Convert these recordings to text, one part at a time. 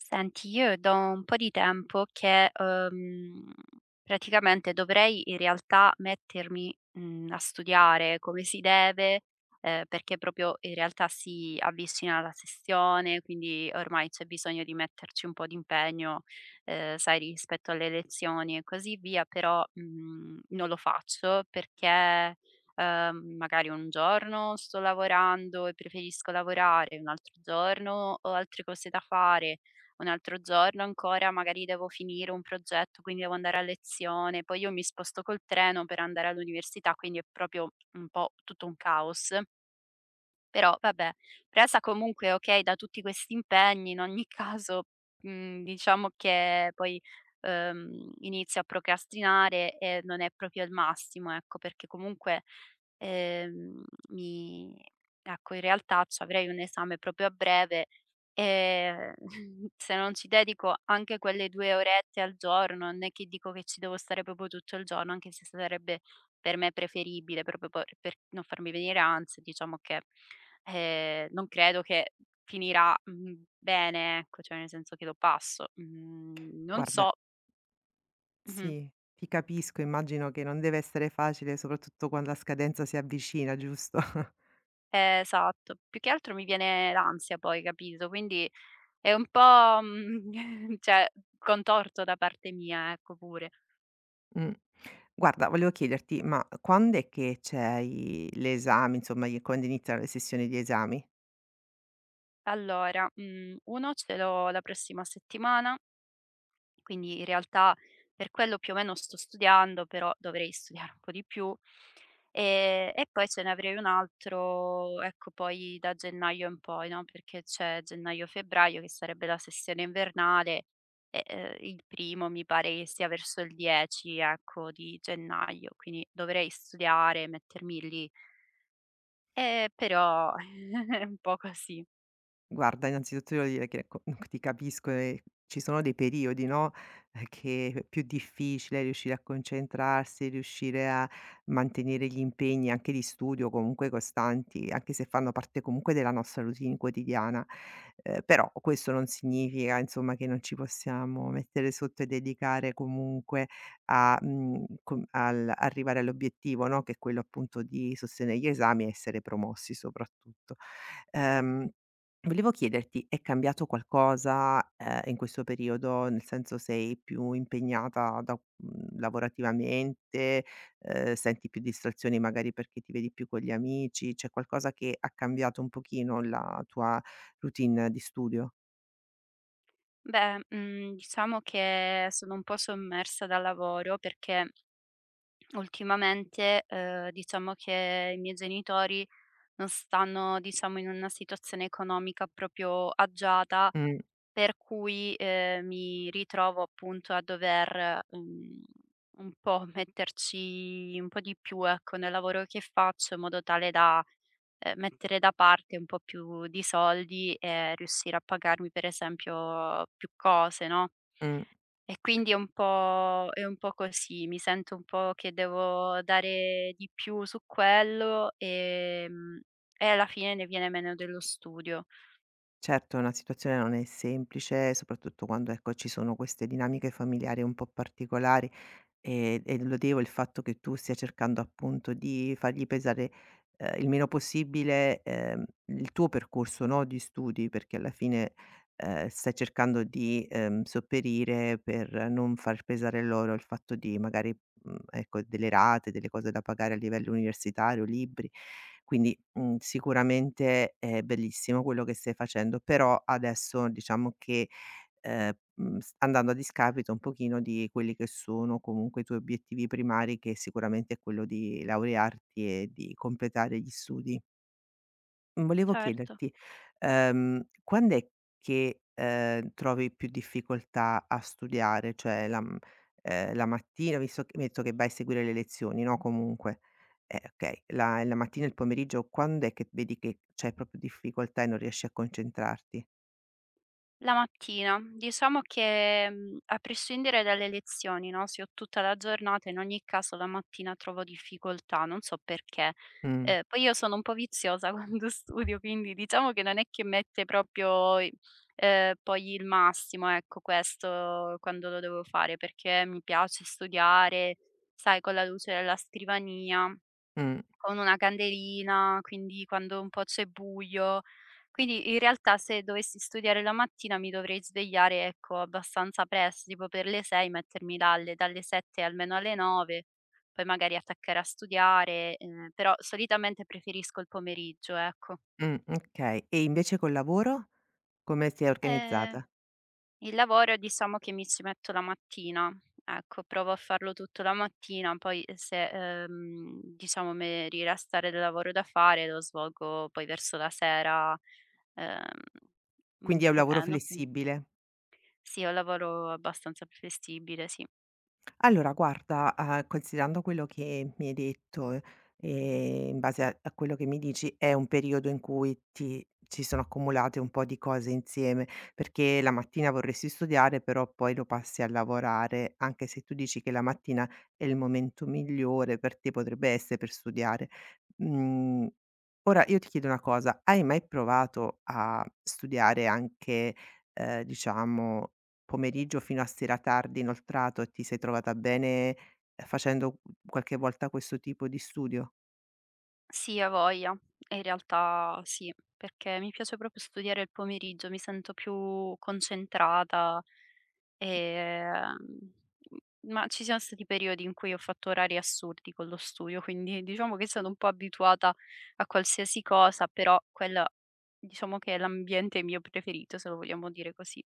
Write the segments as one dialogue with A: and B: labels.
A: Senti, io è da un po' di tempo che, praticamente dovrei in realtà mettermi, a studiare come si deve, perché proprio in realtà si avvicina la sessione, quindi ormai c'è bisogno di metterci un po' di impegno, sai, rispetto alle lezioni e così via, però, non lo faccio perché, magari un giorno sto lavorando e preferisco lavorare, un altro giorno ho altre cose da fare, un altro giorno ancora magari devo finire un progetto, quindi devo andare a lezione, poi io mi sposto col treno per andare all'università, quindi è proprio un po' tutto un caos. Però vabbè, presa comunque okay da tutti questi impegni, in ogni caso, diciamo che poi, inizio a procrastinare e non è proprio il massimo, ecco, perché comunque ehm, mi ecco, in realtà c'avrei un esame proprio a breve e se non ci dedico anche quelle 2 orette al giorno, non è che dico che ci devo stare proprio tutto il giorno, anche se sarebbe per me preferibile, proprio per non farmi venire ansia, diciamo che, non credo che finirà, bene, ecco, cioè nel senso che lo passo. Mhmm, Non
B: Guarda,
A: so. Mh-mh,
B: sì, ti capisco, immagino che non deve essere facile, soprattutto quando la scadenza si avvicina, giusto?
A: esatto. Più che altro mi viene l'ansia poi, capito, quindi è un po', cioè contorto da parte mia, ecco pure.
B: Mh. Guarda, volevo chiederti, ma quand'è che c'hai l'esame, insomma, i quando iniziano le sessioni di esami?
A: Allora, 1 ce l'ho la prossima settimana, quindi in realtà per quello più o meno sto studiando, però dovrei studiare un po' di più. E poi ce ne avrei un altro, ecco, poi da gennaio in poi, no, perché c'è gennaio-febbraio che sarebbe la sessione invernale e, il primo mi pare che sia verso il 10, ecco, di gennaio, quindi dovrei studiare, mettermi lì. Però è un po' così.
B: Guarda, innanzitutto devo dire che ecco, ti capisco e ci sono dei periodi, no, che è più difficile riuscire a concentrarsi, riuscire a mantenere gli impegni anche di studio comunque costanti, anche se fanno parte comunque della nostra routine quotidiana. Però questo non significa, insomma, che non ci possiamo mettere sotto e dedicare comunque a, arrivare all'obiettivo, no, che è quello appunto di sostenere gli esami e essere promossi soprattutto. Ehm, Volevo chiederti, è cambiato qualcosa, in questo periodo? Nel senso, sei più impegnata da lavorativamente, senti più distrazioni magari perché ti vedi più con gli amici? C'è qualcosa che ha cambiato un pochino la tua routine di studio?
A: Beh, diciamo che sono un po' sommersa dal lavoro perché ultimamente, diciamo che i miei genitori non stanno, diciamo, in una situazione economica proprio agiata,
B: Mh,
A: per cui, mi ritrovo appunto a dover, un po' metterci un po' di più, ecco, nel lavoro che faccio in modo tale da, mettere da parte un po' più di soldi e riuscire a pagarmi per esempio più cose, no?
B: mh.
A: E quindi è un po' così, mi sento un po' che devo dare di più su quello, e alla fine ne viene meno dello studio.
B: Certo, la situazione non è semplice, soprattutto quando, ecco, ci sono queste dinamiche familiari un po' particolari e lodevo il fatto che tu stia cercando appunto di fargli pesare, il meno possibile, il tuo percorso, no, di studi, perché alla fine, stai cercando di, sopperire per non far pesare loro il fatto di magari, ecco, delle rate, delle cose da pagare a livello universitario, libri. Quindi sicuramente è bellissimo quello che stai facendo, però adesso diciamo che, s andando a discapito un pochino di quelli che sono comunque i tuoi obiettivi primari, che sicuramente è quello di laurearti e di completare gli studi. Mhmm, Volevo
A: Certo.
B: chiederti, quand'è che, trovi più difficoltà a studiare? La mattina visto che mi hai detto che vai a seguire le lezioni, no, comunque. Okay, la mattina e il pomeriggio quand'è che vedi che c'hai proprio difficoltà e non riesci a concentrarti?
A: La mattina, diciamo che, a prescindere dalle lezioni, no, se ho tutta la giornata, in ogni caso la mattina trovo difficoltà, non so perché.
B: Mh,
A: Poi io sono un po' viziosa quando studio, quindi diciamo che non è che mette proprio i poi il massimo, ecco, questo quando lo devo fare, perché mi piace studiare, sai, con la luce della scrivania.
B: mh,
A: Con una candelina, quindi quando un po' c'è buio. Quindi in realtà se dovessi studiare la mattina mi dovrei svegliare, ecco, abbastanza presto, tipo per le 6, mettermi là alle dalle 7 almeno alle 9, poi magari attaccare a studiare, però solitamente preferisco il pomeriggio, ecco.
B: okay. E invece col lavoro come sei
A: Ehm
B: organizzata?
A: Il lavoro, diciamo che mi ci metto la mattina, ecco, provo a farlo tutto la mattina, poi se, diciamo mi riresta del lavoro da fare, lo svolgo poi verso la sera, ehm,
B: Quindi è un
A: più o
B: lavoro
A: meno sì.
B: flessibile?
A: Sì, è un lavoro abbastanza flessibile, sì.
B: Allora guarda, considerando quello che mi hai detto, in base a quello che mi dici, è un periodo in cui ti ci sono accumulate un po' di cose insieme, perché la mattina vorresti studiare, però poi lo passi a lavorare, anche se tu dici che la mattina è il momento migliore per te, potrebbe essere per studiare. Mhmm, ora io ti chiedo una cosa: hai mai provato a studiare anche, diciamo pomeriggio fino a sera tardi inoltrato e ti sei trovata bene, facendo qualche volta questo tipo di studio?
A: Sì, a voglia. E in realtà sì, perché mi piace proprio studiare il pomeriggio, mi sento più concentrata, ehm, ma ci sono stati periodi in cui ho fatto orari assurdi con lo studio, quindi diciamo che sono un po' abituata a qualsiasi cosa, però quella, diciamo, che è l'ambiente mio preferito, se lo vogliamo dire così.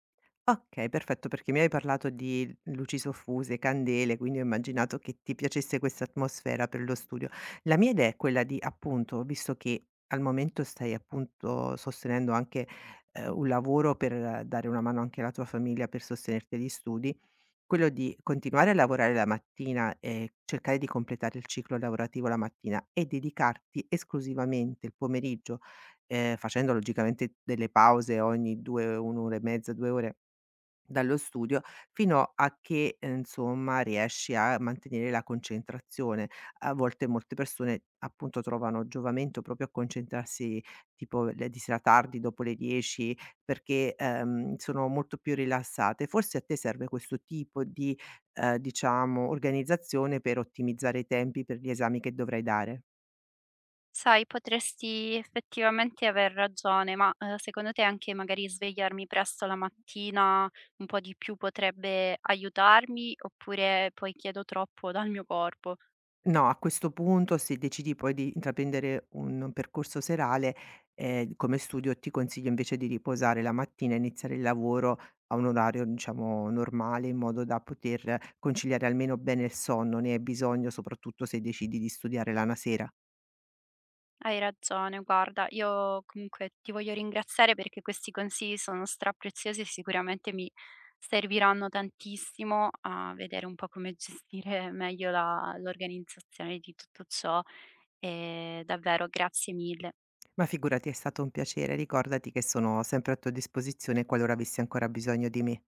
B: Okay, perfetto, perché mi hai parlato di luci soffuse, candele, quindi ho immaginato che ti piacesse questa atmosfera per lo studio. La mia idea è quella di appunto, visto che al momento stai appunto sostenendo anche, un lavoro per dare una mano anche alla tua famiglia per sostenerti gli studi, quello di continuare a lavorare la mattina e cercare di completare il ciclo lavorativo la mattina e dedicarti esclusivamente il pomeriggio, facendo logicamente delle pause ogni 2, 1 ora e mezza, 2 ore dallo studio fino a che, insomma, riesci a mantenere la concentrazione. A volte molte persone, appunto, trovano giovamento proprio a concentrarsi tipo le di sera tardi, dopo le 10, perché, sono molto più rilassate. Forse a te serve questo tipo di, diciamo, organizzazione per ottimizzare i tempi per gli esami che dovrai dare.
A: Sai, potresti effettivamente aver ragione, ma, secondo te anche magari svegliarmi presto la mattina un po' di più potrebbe aiutarmi, oppure poi chiedo troppo dal mio corpo?
B: No, a questo punto se decidi poi di intraprendere un percorso serale, come studio ti consiglio invece di riposare la mattina e iniziare il lavoro a un orario, diciamo, normale, in modo da poter conciliare almeno bene il sonno. Ne hai bisogno soprattutto se decidi di studiare la na sera.
A: Hai ragione, guarda, io comunque ti voglio ringraziare perché questi consigli sono strapreziosi e sicuramente mi serviranno tantissimo a vedere un po' come gestire meglio la l'organizzazione di tutto ciò e davvero grazie mille.
B: Ma figurati, è stato un piacere. Ricordati che sono sempre a tua disposizione qualora avessi ancora bisogno di me.